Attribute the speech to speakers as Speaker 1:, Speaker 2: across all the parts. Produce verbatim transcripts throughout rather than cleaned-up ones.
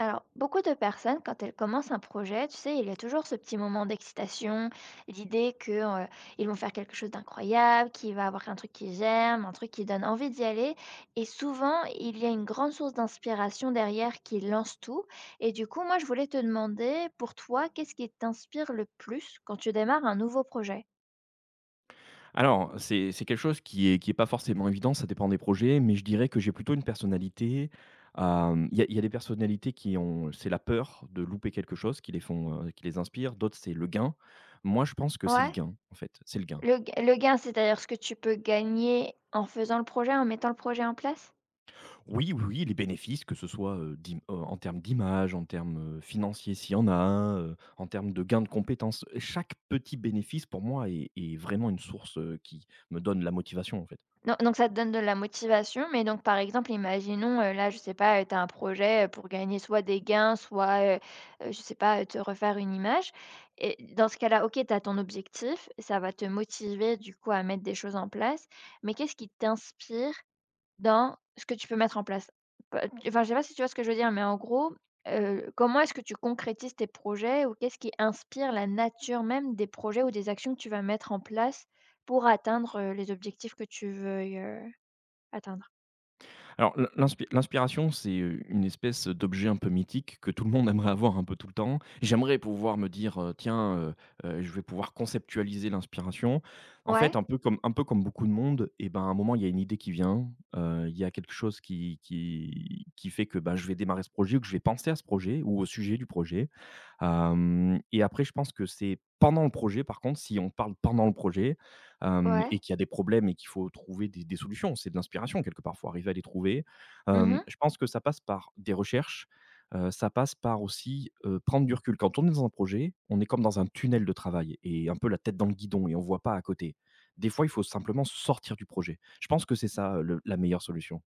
Speaker 1: Alors, beaucoup de personnes, quand elles commencent un projet, tu sais, il y a toujours ce petit moment d'excitation, l'idée que, euh, ils vont faire quelque chose d'incroyable, qu'il va avoir un truc qui germe, un truc qui donne envie d'y aller. Et souvent, il y a une grande source d'inspiration derrière qui lance tout. Et du coup, moi, je voulais te demander, pour toi, qu'est-ce qui t'inspire le plus quand tu démarres un nouveau projet?
Speaker 2: Alors, c'est c'est quelque chose qui est qui est pas forcément évident, ça dépend des projets, mais je dirais que j'ai plutôt une personnalité. Hem, il y a il y a des personnalités qui ont c'est la peur de louper quelque chose qui les font, heu, qui les inspire, d'autres c'est le gain. Moi, je pense que c'est le
Speaker 1: Ouais,
Speaker 2: gain, en fait, c'est le gain.
Speaker 1: le, g- le gain, c'est-à-dire ce que tu peux gagner en faisant le projet, en mettant le projet en place?
Speaker 2: Oui, oui, oui, les bénéfices, que ce soit, heu, d'im heu, en termes d'image, en termes, heu, financiers s'il y en a un, heu, en termes de gain de compétences. Chaque petit bénéfice pour moi est est vraiment une source, heu, qui me donne la motivation, en fait.
Speaker 1: Non, donc ça te donne de la motivation, mais donc par exemple, imaginons, heu, là, je sais pas, heu, tu as un projet, heu, pour gagner soit des gains, soit, heu heu, je sais pas, heu, te refaire une image, et dans ce cas-là, OK, tu as ton objectif, ça va te motiver du coup à mettre des choses en place, mais qu'est-ce qui t'inspire dans ce que tu peux mettre en place. Pe Enfin, je sais pas si tu vois ce que je veux dire, mais en gros, heu, comment est-ce que tu concrétises tes projets ou qu'est-ce qui inspire la nature même des projets ou des actions que tu vas mettre en place pour atteindre, heu, les objectifs que tu veux atteindre?
Speaker 2: Alors, l'in l'inspi l'inspiration, c'est, euh, une espèce d'objet un peu mythique que tout le monde aimerait avoir un peu tout le temps. J'aimerais pouvoir me dire, heu: «Tiens, heu heu, je vais pouvoir conceptualiser l'inspiration». En
Speaker 1: Ouais,
Speaker 2: fait, un peu comme un peu comme beaucoup de monde, et ben, à un moment, il y a une idée qui vient, heu, il y a quelque chose qui qui qui fait que, ben je vais démarrer ce projet ou que je vais penser à ce projet ou au sujet du projet. Hem, et après, je pense que c'est pendant le projet, par contre, si on parle pendant le projet, hem
Speaker 1: ouais.
Speaker 2: et qu'il y a des problèmes et qu'il faut trouver des des solutions. C'est de l'inspiration quelque part, faut arriver à les trouver. Hem,
Speaker 1: Mmh.
Speaker 2: je pense que ça passe par des recherches, heu, ça passe par aussi, heu, prendre du recul. Quand on est dans un projet, on est comme dans un tunnel de travail et un peu la tête dans le guidon et on voit pas à côté. Des fois, il faut simplement sortir du projet. Je pense que c'est ça, le la meilleure solution.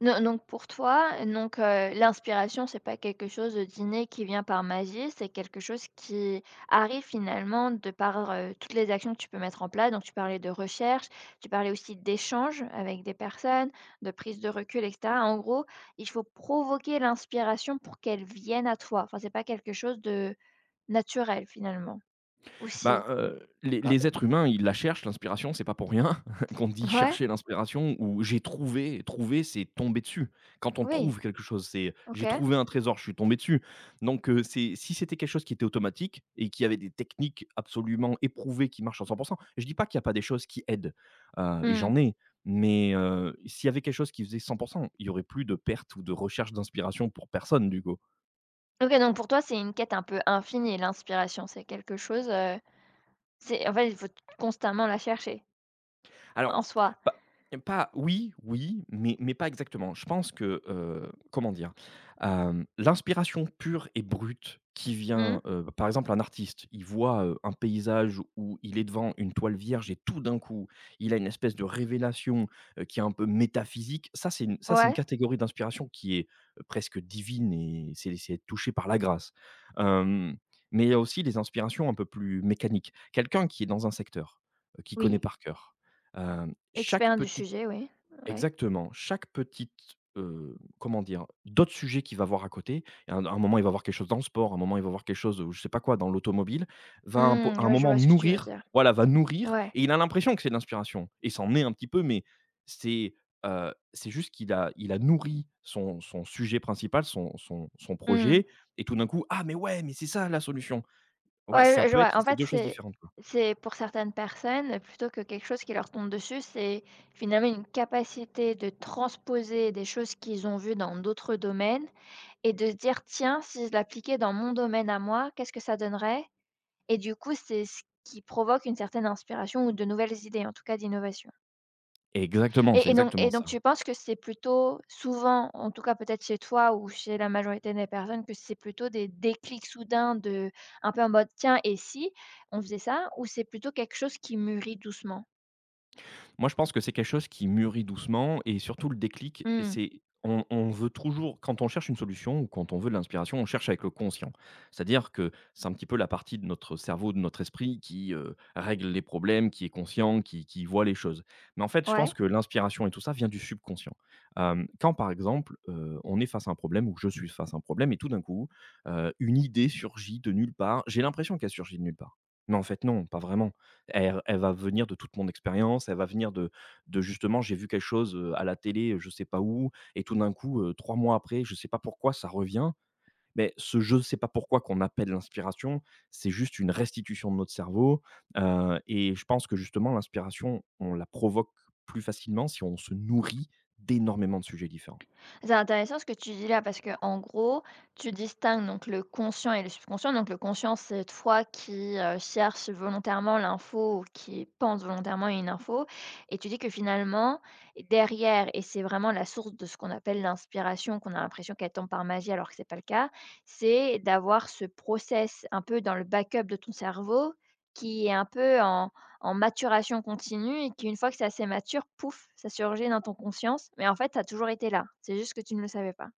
Speaker 1: No, donc pour toi, donc, heu, l'inspiration, c'est pas quelque chose d'inné qui vient par magie, c'est quelque chose qui arrive finalement de par, heu, toutes les actions que tu peux mettre en place. Donc tu parlais de recherche, tu parlais aussi d'échanges avec des personnes, de prise de recul et cetera. En gros, il faut provoquer l'inspiration pour qu'elle vienne à toi. Enfin, c'est pas quelque chose de naturel finalement, aussi.
Speaker 2: Ben,
Speaker 1: Si?
Speaker 2: heu, les les êtres humains, ils la cherchent l'inspiration, c'est pas pour rien qu'on dit
Speaker 1: Ouais?
Speaker 2: chercher l'inspiration ou j'ai trouvé. Trouver, c'est tomber dessus. Quand on
Speaker 1: Oui,
Speaker 2: trouve quelque chose, c'est
Speaker 1: OK.
Speaker 2: j'ai trouvé un trésor, je suis tombé dessus. Donc, heu, c'est si c'était quelque chose qui était automatique et qui avait des techniques absolument éprouvées qui marchent à cent. Je dis pas qu'il y a pas des choses qui aident, heu, et
Speaker 1: Mmh.
Speaker 2: j'en ai, mais, heu, s'il y avait quelque chose qui faisait cent, il y aurait plus de pertes ou de recherche d'inspiration pour personne du coup.
Speaker 1: OK, donc pour toi, c'est une quête un peu infinie l'inspiration, c'est quelque chose, heu c'est en fait, il faut constamment la chercher,
Speaker 2: Alors,
Speaker 1: en soi.
Speaker 2: pas pas oui, oui, mais mais pas exactement. Je pense que, heu, comment dire? Hem, l'inspiration pure et brute qui vient,
Speaker 1: Mmh.
Speaker 2: heu, par exemple, un artiste, il voit, heu, un paysage où il est devant une toile vierge et tout d'un coup, il a une espèce de révélation, heu, qui est un peu métaphysique. Ça, c'est une ça, c'est une
Speaker 1: Ouais,
Speaker 2: catégorie d'inspiration qui est, heu, presque divine et c'est c'est être touché par la grâce. Hem, mais il y a aussi les inspirations un peu plus mécaniques. Quelqu'un qui est dans un secteur, heu, qu'il connaît
Speaker 1: oui,
Speaker 2: par cœur. Hem, chaque
Speaker 1: expert du
Speaker 2: petite
Speaker 1: sujet, oui, ouais.
Speaker 2: Exactement, chaque petite, heu, comment dire? D'autres sujets qu'il va voir à côté, et à un à un moment, il va voir quelque chose dans le sport, à un moment, il va voir quelque chose, heu, je sais pas quoi, dans l'automobile, va un po à
Speaker 1: Mmh,
Speaker 2: un
Speaker 1: ouais, je
Speaker 2: moment
Speaker 1: vois ce que tu veux
Speaker 2: nourrir,
Speaker 1: dire.
Speaker 2: voilà, va nourrir
Speaker 1: Ouais.
Speaker 2: et il a l'impression que c'est de l'inspiration et s'en est un petit peu, mais c'est, heu, c'est juste qu'il a il a nourri son son sujet principal, son son son
Speaker 1: Mmh.
Speaker 2: projet et tout d'un coup: «Ah mais ouais, mais c'est ça la solution». Ouais, ça
Speaker 1: Ouais, je
Speaker 2: peut être
Speaker 1: vois. En
Speaker 2: c'est
Speaker 1: fait,
Speaker 2: deux choses
Speaker 1: c'est
Speaker 2: différentes, quoi.
Speaker 1: c'est pour certaines personnes, plutôt que quelque chose qui leur tombe dessus, c'est finalement une capacité de transposer des choses qu'ils ont vues dans d'autres domaines et de se dire: «Tiens, si je l'appliquais dans mon domaine à moi, qu'est-ce que ça donnerait?» Et du coup, c'est ce qui provoque une certaine inspiration ou de nouvelles idées, en tout cas d'innovation.
Speaker 2: Exactement, c'est
Speaker 1: Et et donc
Speaker 2: exactement
Speaker 1: et donc
Speaker 2: ça.
Speaker 1: tu penses que c'est plutôt souvent, en tout cas peut-être chez toi ou chez la majorité des personnes, que c'est plutôt des déclics soudains de un peu en mode: «Tiens, et si on faisait ça?» Ou c'est plutôt quelque chose qui mûrit doucement?
Speaker 2: Moi, je pense que c'est quelque chose qui mûrit doucement et surtout le déclic,
Speaker 1: Mmh.
Speaker 2: c'est on, on veut toujours, quand on cherche une solution ou quand on veut de l'inspiration, on cherche avec le conscient. C'est-à-dire que c'est un petit peu la partie de notre cerveau, de notre esprit qui euh, règle les problèmes, qui est conscient, qui, qui voit les choses. Mais en fait, je pense
Speaker 1: Ouais.
Speaker 2: que l'inspiration et tout ça vient du subconscient. Euh, quand, par exemple, euh, on est face à un problème ou que je suis face à un problème et tout d'un coup, euh, une idée surgit de nulle part, j'ai l'impression qu'elle surgit de nulle part. Mais en fait, non, pas vraiment. Elle elle va venir de toute mon expérience, elle va venir de de justement j'ai vu quelque chose, heu, à la télé, heu, je sais pas où et tout d'un coup, heu, trois mois après, je sais pas pourquoi ça revient. Mais ce je sais pas pourquoi qu'on appelle l'inspiration, c'est juste une restitution de notre cerveau, heu et je pense que justement l'inspiration, on la provoque plus facilement si on se nourrit d'énormément de sujets différents.
Speaker 1: C'est intéressant ce que tu dis là parce que en gros, tu distingues donc le conscient et le subconscient. Donc le conscient, c'est toi qui euh, cherche volontairement l'info ou qui pense volontairement à une info. Et tu dis que finalement, derrière, et c'est vraiment la source de ce qu'on appelle l'inspiration, qu'on a l'impression qu'elle tombe par magie alors que c'est pas le cas, c'est d'avoir ce process un peu dans le backup de ton cerveau qui est un peu en en maturation continue et qu'une fois que c'est assez mature, pouf, ça surgit dans ton conscience, mais en fait, ça a toujours été là. C'est juste que tu ne le savais pas.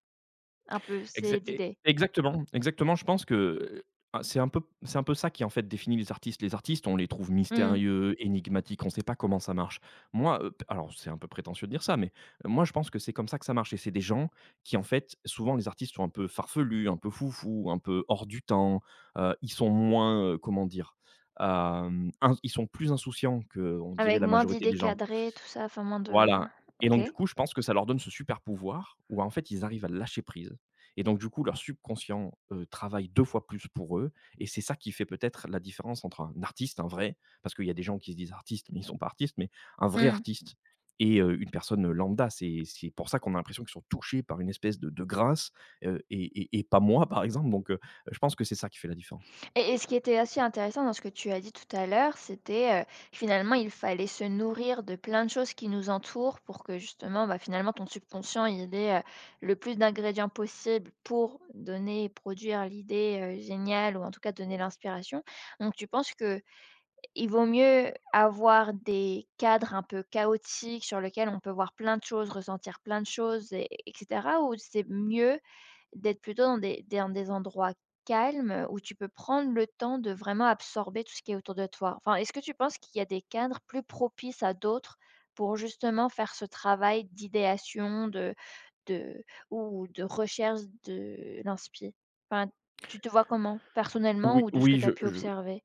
Speaker 1: Un peu,
Speaker 2: Exa
Speaker 1: c'est
Speaker 2: e
Speaker 1: d'idées.
Speaker 2: Exactement, exactement. Je pense que, heu, ah, c'est un peu c'est un peu ça qui, en fait, définit les artistes. Les artistes, on les trouve
Speaker 1: Mmh.
Speaker 2: mystérieux, énigmatiques, on ne sait pas comment ça marche. Moi, heu, p alors c'est un peu prétentieux de dire ça, mais euh, moi, je pense que c'est comme ça que ça marche et c'est des gens qui, en fait souvent les artistes sont un peu farfelus, un peu foufous, un peu hors du temps, heu, ils sont moins, heu, comment dire? Hem, ins Ils sont plus insouciants que on dirait
Speaker 1: Avec
Speaker 2: la
Speaker 1: moins
Speaker 2: majorité
Speaker 1: d'idées
Speaker 2: des gens.
Speaker 1: cadrées, tout ça, enfin moins de
Speaker 2: Voilà, et
Speaker 1: OK.
Speaker 2: donc du coup, je pense que ça leur donne ce super pouvoir où en fait, ils arrivent à lâcher prise et donc du coup, leur subconscient, heu, travaille deux fois plus pour eux et c'est ça qui fait peut-être la différence entre un artiste, un vrai, parce qu'il y a des gens qui se disent artistes, mais ils ne sont pas artistes, mais un vrai
Speaker 1: Mmh.
Speaker 2: artiste et heu, une personne, lambda. C'est c'est pour ça qu'on a l'impression qu'ils sont touchés par une espèce de de grâce, heu et et et pas moi, par exemple donc heu, je pense que c'est ça qui fait la différence.
Speaker 1: Et et ce qui était assez intéressant dans ce que tu as dit tout à l'heure, c'était, heu, finalement, il fallait se nourrir de plein de choses qui nous entourent pour que justement, bah, finalement, ton subconscient, il ait, heu, le plus d'ingrédients possibles pour donner et produire l'idée, heu, géniale ou en tout cas donner l'inspiration. Donc tu penses que il vaut mieux avoir des cadres un peu chaotiques sur lesquels on peut voir plein de choses, ressentir plein de choses et et ou c'est mieux d'être plutôt dans des des dans des endroits calmes où tu peux prendre le temps de vraiment absorber tout ce qui est autour de toi? Enfin, est-ce que tu penses qu'il y a des cadres plus propices à d'autres pour justement faire ce travail d'idéation, de de ou de recherche de l'inspi? Enfin, tu te vois comment personnellement
Speaker 2: Oui,
Speaker 1: ou de ce que
Speaker 2: oui,
Speaker 1: tu
Speaker 2: je
Speaker 1: as pu
Speaker 2: je
Speaker 1: observer?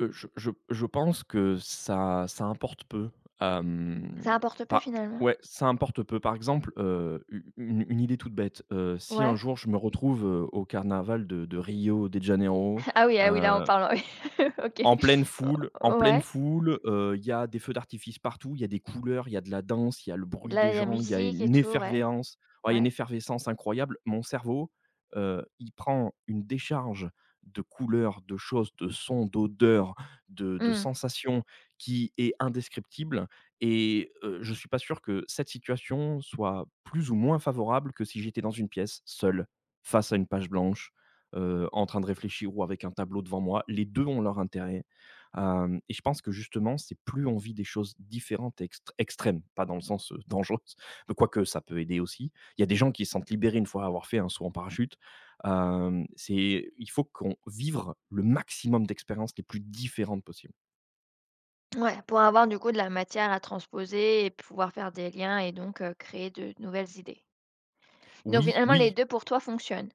Speaker 2: Heu, je je je pense que ça ça importe peu. Hem,
Speaker 1: Ça importe peu
Speaker 2: pas
Speaker 1: finalement.
Speaker 2: Ouais, ça importe peu. Par exemple, heu, u une une idée toute bête, heu, si un
Speaker 1: Ouais.
Speaker 2: jour je me retrouve, heu, au carnaval de de Rio de Janeiro,
Speaker 1: Ah oui, ah oui, là, on
Speaker 2: heu
Speaker 1: parle, oui. OK.
Speaker 2: en pleine foule en
Speaker 1: O
Speaker 2: pleine
Speaker 1: ouais.
Speaker 2: foule, heu, il y a des feux d'artifice partout, il y a des couleurs, il y a de la danse, il y a le bruit
Speaker 1: Là,
Speaker 2: des
Speaker 1: il y a
Speaker 2: gens, il y a
Speaker 1: musique et
Speaker 2: une
Speaker 1: tout, ouais,
Speaker 2: effervescence, ouais, il y a une
Speaker 1: ouais.
Speaker 2: effervescence incroyable. Mon cerveau, heu, il prend une décharge de couleurs, de choses, de sons, d'odeurs, de de
Speaker 1: Mmh.
Speaker 2: sensations qui est indescriptible et heu, je suis pas sûr que cette situation soit plus ou moins favorable que si j'étais dans une pièce, seul, face à une page blanche, heu, en train de réfléchir ou avec un tableau devant moi. Les deux ont leur intérêt, hem et je pense que justement, c'est plus on vit des choses différentes et extré extrêmes, pas dans le sens, heu, dangereuses, mais quoique ça peut aider aussi. Il y a des gens qui se sentent libérés une fois avoir fait un saut en parachute. Hem, c'est Il faut qu'on vivre le maximum d'expériences les plus différentes possibles.
Speaker 1: Ouais, pour avoir, du coup, de la matière à transposer et pouvoir faire des liens et donc heu, créer de nouvelles idées. Donc
Speaker 2: Oui,
Speaker 1: finalement, les
Speaker 2: oui,
Speaker 1: deux pour toi fonctionnent?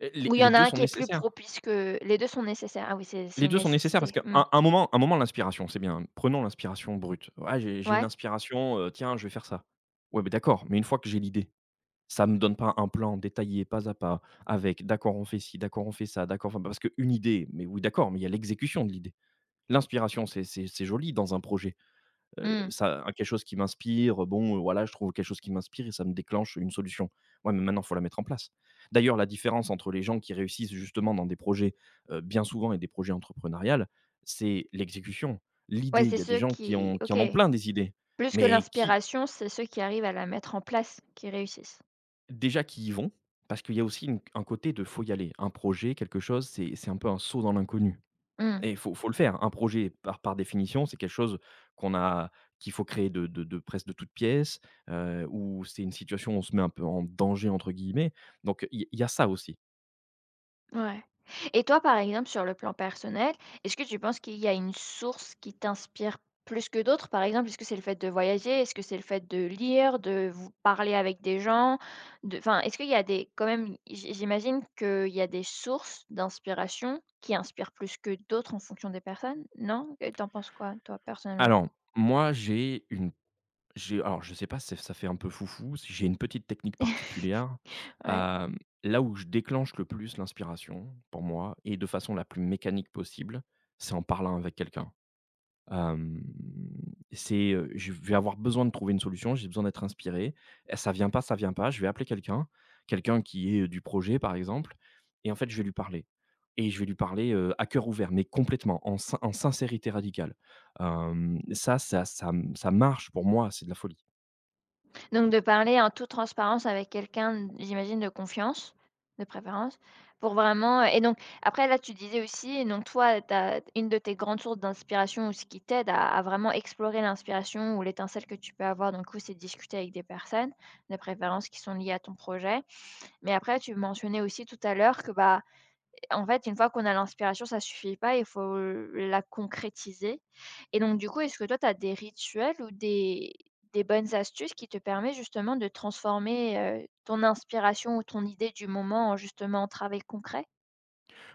Speaker 2: les
Speaker 1: Ou il y
Speaker 2: les
Speaker 1: en a
Speaker 2: deux
Speaker 1: un
Speaker 2: sont
Speaker 1: qui est plus
Speaker 2: nécessaires.
Speaker 1: propice que les deux sont nécessaires? Ah oui, c'est c'est
Speaker 2: Les
Speaker 1: une
Speaker 2: deux sont nécessaires parce
Speaker 1: nécessité.
Speaker 2: qu'à
Speaker 1: Mmh.
Speaker 2: un un moment un moment l'inspiration, c'est bien. Prenons l'inspiration brute. «Ah j'ai j'ai une
Speaker 1: Ouais.
Speaker 2: inspiration, heu, tiens je vais faire ça». Ouais, beh, d'accord, mais une fois que j'ai l'idée, ça me donne pas un plan détaillé, pas à pas, avec d'accord on fait ci, d'accord on fait ça, d'accord enfin parce qu'une idée, mais oui d'accord, mais il y a l'exécution de l'idée. L'inspiration c'est c'est c'est joli dans un projet. Heu,
Speaker 1: Mmh.
Speaker 2: ça un Quelque chose qui m'inspire, bon, heu, bon, voilà, je trouve quelque chose qui m'inspire et ça me déclenche une solution. Ouais, mais maintenant, il faut la mettre en place. D'ailleurs, la différence entre les gens qui réussissent justement dans des projets, heu, bien souvent et des projets entrepreneuriales, c'est l'exécution,
Speaker 1: Ouais,
Speaker 2: l'idée. Il
Speaker 1: c'est
Speaker 2: y a des
Speaker 1: ceux
Speaker 2: gens qui
Speaker 1: qui
Speaker 2: ont qui
Speaker 1: OK.
Speaker 2: en ont plein des idées,
Speaker 1: Plus que
Speaker 2: mais qui
Speaker 1: l'inspiration, c'est ceux qui arrivent à la mettre en place qui réussissent.
Speaker 2: déjà qui y vont, parce qu'il y a aussi une un côté de faut y aller. Un projet, quelque chose, c'est c'est un peu un saut dans l'inconnu.
Speaker 1: Mmh.
Speaker 2: Et il faut faut le faire. Un projet, par par définition, c'est quelque chose qu'on a qu'il faut créer de de de presque de toutes pièces, heu, où c'est une situation où on se met un peu «en danger» entre guillemets, donc il y y a ça aussi.
Speaker 1: Ouais. Et toi, par exemple, sur le plan personnel, est-ce que tu penses qu'il y a une source qui t'inspire plus que d'autres? Par exemple, est-ce que c'est le fait de voyager? Est-ce que c'est le fait de lire, de vous parler avec des gens? De... Enfin, est-ce qu'il y a des, quand même, j- j'imagine qu'il y a des sources d'inspiration qui inspirent plus que d'autres en fonction des personnes, non? Et t'en penses quoi, toi, personnellement?
Speaker 2: Alors, moi, j'ai une j'ai alors je sais pas, c'est ça fait un peu foufou, si j'ai une petite technique particulière.
Speaker 1: Ouais.
Speaker 2: hem, Là où je déclenche le plus l'inspiration, pour moi, et de façon la plus mécanique possible, c'est en parlant avec quelqu'un. Hem, c'est, heu, je vais avoir besoin de trouver une solution, j'ai besoin d'être inspiré. Eh, ça vient pas, ça vient pas, je vais appeler quelqu'un, quelqu'un qui est, heu, du projet par exemple, et en fait je vais lui parler et je vais lui parler, heu, à cœur ouvert, mais complètement en sin en sincérité radicale. Hem, ça ça ça Ça marche pour moi, c'est de la folie.
Speaker 1: Donc de parler en toute transparence avec quelqu'un, j'imagine de confiance, de préférence, pour vraiment euh, et donc après là, tu disais aussi, donc toi, t'as une de tes grandes sources d'inspiration ou ce qui t'aide à à vraiment explorer l'inspiration ou l'étincelle que tu peux avoir d'un coup, c'est discuter avec des personnes, de préférence qui sont liées à ton projet. Mais après tu mentionnais aussi tout à l'heure que, bah, en fait, une fois qu'on a l'inspiration, ça suffit pas, il faut la concrétiser et donc du coup, est-ce que toi, tu as des rituels ou des des bonnes astuces qui te permet justement de transformer, heu, ton inspiration ou ton idée du moment en justement en travail concret?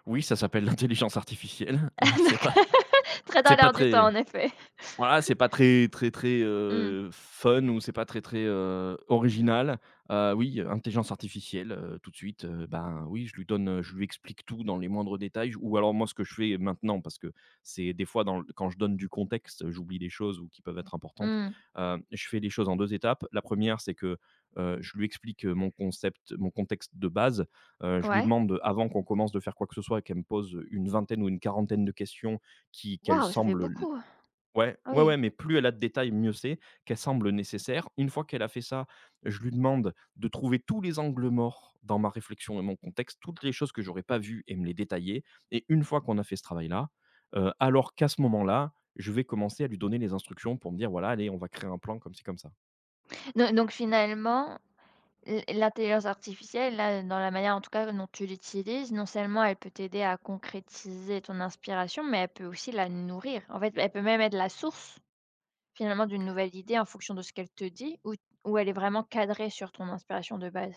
Speaker 2: Oui, ça s'appelle l'intelligence artificielle, c'est
Speaker 1: Donc
Speaker 2: pas
Speaker 1: très
Speaker 2: c'est
Speaker 1: dans
Speaker 2: pas
Speaker 1: l'air du
Speaker 2: très
Speaker 1: temps en effet.
Speaker 2: Voilà, c'est pas très très très,
Speaker 1: Mmh.
Speaker 2: heu, fun, ou c'est pas très très, heu, original. Heu, oui, heu, intelligence artificielle, heu, tout de suite, heu, ben, oui, je lui donne, heu, je lui explique tout dans les moindres détails. Ou alors, moi, ce que je fais maintenant, parce que c'est des fois dans l quand je donne du contexte, heu, j'oublie des choses ou qui peuvent être importantes.
Speaker 1: Mmh.
Speaker 2: Hem, je fais les choses en deux étapes. La première, c'est que, heu, je lui explique, heu, mon concept mon contexte de base. Heu, je lui
Speaker 1: Ouais.
Speaker 2: demande, avant qu'on commence de faire quoi que ce soit, qu'elle me pose une vingtaine ou une quarantaine de questions qui qu'elle
Speaker 1: Waouh, ça fait
Speaker 2: semble…
Speaker 1: beaucoup.
Speaker 2: Ouais,
Speaker 1: Ah
Speaker 2: ouais, ouais,
Speaker 1: oui.
Speaker 2: mais plus elle a de détails, mieux c'est, qu'elle semble nécessaire. Une fois qu'elle a fait ça, je lui demande de trouver tous les angles morts dans ma réflexion et mon contexte, toutes les choses que j'aurais pas vues, et me les détailler. Et une fois qu'on a fait ce travail-là, heu, alors qu'à ce moment-là, je vais commencer à lui donner les instructions pour me dire: «Voilà, allez, on va créer un plan comme ci, comme ça».
Speaker 1: Do Donc finalement L l'intelligence artificielle, là, dans la manière en tout cas dont tu l'utilises, non seulement elle peut t'aider à concrétiser ton inspiration, mais elle peut aussi la nourrir. En fait, elle peut même être la source, finalement, d'une nouvelle idée en fonction de ce qu'elle te dit ou ou elle est vraiment cadrée sur ton inspiration de base?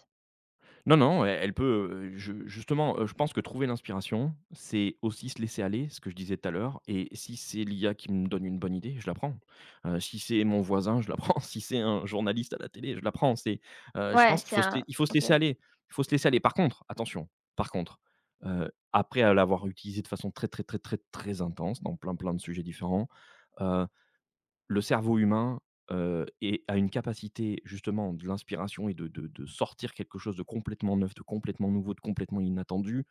Speaker 2: Non, non, e elle peut, heu, je justement, heu, je pense que trouver l'inspiration, c'est aussi se laisser aller, ce que je disais tout à l'heure, et si c'est l'i a qui me donne une bonne idée, je la prends. Heu, si c'est mon voisin, je la prends, si c'est un journaliste à la télé, je la prends. C'est, heu, je
Speaker 1: Ouais,
Speaker 2: pense qu'il
Speaker 1: c'est
Speaker 2: faut se lai
Speaker 1: un
Speaker 2: il faut se
Speaker 1: OK.
Speaker 2: laisser aller, il faut se laisser aller. Par contre, attention, par contre, heu, après l'avoir utilisé de façon très, très, très, très, très intense dans plein, plein de sujets différents, le cerveau humain, heu et a une capacité justement de l'inspiration et de de de sortir quelque chose de complètement neuf, de complètement nouveau, de complètement inattendu,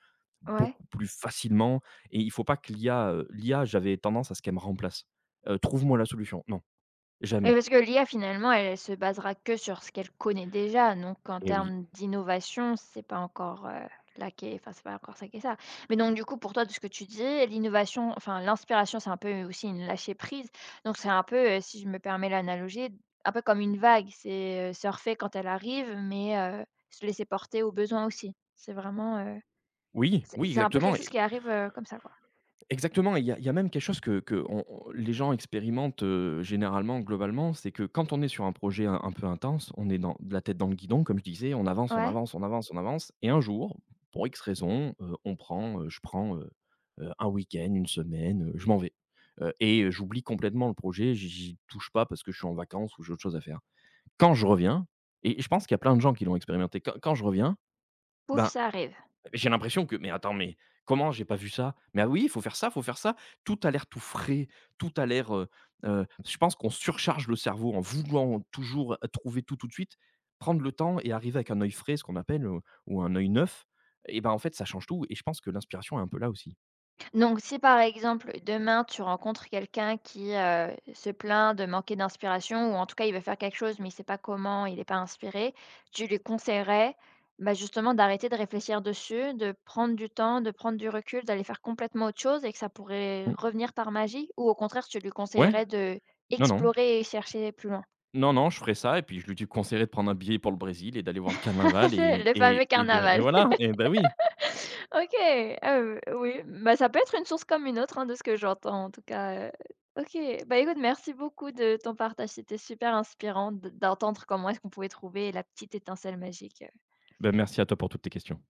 Speaker 1: Ouais.
Speaker 2: beaucoup plus facilement. Et il faut pas que l'i a, heu, l'i a, j'avais tendance à ce qu'elle me remplace. Heu: «Trouve-moi la solution». Non,
Speaker 1: Et
Speaker 2: jamais.
Speaker 1: parce que l'I A finalement, elle elle se basera que sur ce qu'elle connaît déjà, donc en
Speaker 2: Et oui.
Speaker 1: termes d'innovation, c'est pas encore, heu, là qu'est enfin c'est pas encore ça qui est ça. Mais donc du coup pour toi de ce que tu dis, l'innovation enfin l'inspiration, c'est un peu aussi une lâcher prise, donc c'est un peu, heu, si je me permets l'analogie, un peu comme une vague, c'est, heu, surfer quand elle arrive, mais, heu, se laisser porter au besoin aussi. C'est vraiment, heu,
Speaker 2: Oui,
Speaker 1: c'est
Speaker 2: oui,
Speaker 1: c'est un peu
Speaker 2: exactement.
Speaker 1: quelque chose qui arrive, heu, comme ça quoi.
Speaker 2: Exactement, et il y a il y a même quelque chose que que on on, les gens expérimentent, heu, généralement, globalement, c'est que quand on est sur un projet un un peu intense, on est dans de la tête dans le guidon, comme je disais, on avance, on
Speaker 1: Ouais,
Speaker 2: avance, on avance, on avance, et un jour, pour X raison, heu, on prend, heu, je prends, heu heu, un week-end, une semaine, heu, je m'en vais, heu et heu, j'oublie complètement le projet, j'y j'y touche pas, parce que je suis en vacances ou j'ai autre chose à faire. Quand je reviens, et je pense qu'il y a plein de gens qui l'ont expérimenté, quand quand je reviens,
Speaker 1: pouf,
Speaker 2: ben
Speaker 1: ça arrive.
Speaker 2: j'ai l'impression que: «Mais attends, mais comment j'ai pas vu ça? Mais ah oui, il faut faire ça, il faut faire ça». Tout a l'air tout frais, tout a l'air, heu heu, je pense qu'on surcharge le cerveau en voulant toujours trouver tout, tout de suite. Prendre le temps et arriver avec un œil frais, ce qu'on appelle, heu, ou un œil neuf, et ben en fait, ça change tout, et je pense que l'inspiration est un peu là aussi.
Speaker 1: Donc si par exemple, demain, tu rencontres quelqu'un qui, heu, se plaint de manquer d'inspiration ou en tout cas, il veut faire quelque chose mais il ne sait pas comment, il est pas inspiré, tu lui conseillerais, bah, justement d'arrêter de réfléchir dessus, de prendre du temps, de prendre du recul, d'aller faire complètement autre chose et que ça pourrait
Speaker 2: Mmh.
Speaker 1: revenir par magie? Ou au contraire, tu lui
Speaker 2: Ouais,
Speaker 1: conseillerais de
Speaker 2: non, non.
Speaker 1: explorer et chercher plus loin?
Speaker 2: Non, non, je ferai ça, et puis je lui dis conseillerais de prendre un billet pour le Brésil et d'aller voir le carnaval, et
Speaker 1: Le
Speaker 2: et
Speaker 1: fameux
Speaker 2: et de et
Speaker 1: carnaval.
Speaker 2: voilà, et bah, oui.
Speaker 1: OK, heu, oui, bah, ça peut être une source comme une autre, hein, de ce que j'entends en tout cas, heu. OK, bah, écoute, merci beaucoup de ton partage, c'était super inspirant de d'entendre comment est-ce qu'on pouvait trouver la petite étincelle magique. euh.
Speaker 2: Bah, merci à toi pour toutes tes questions.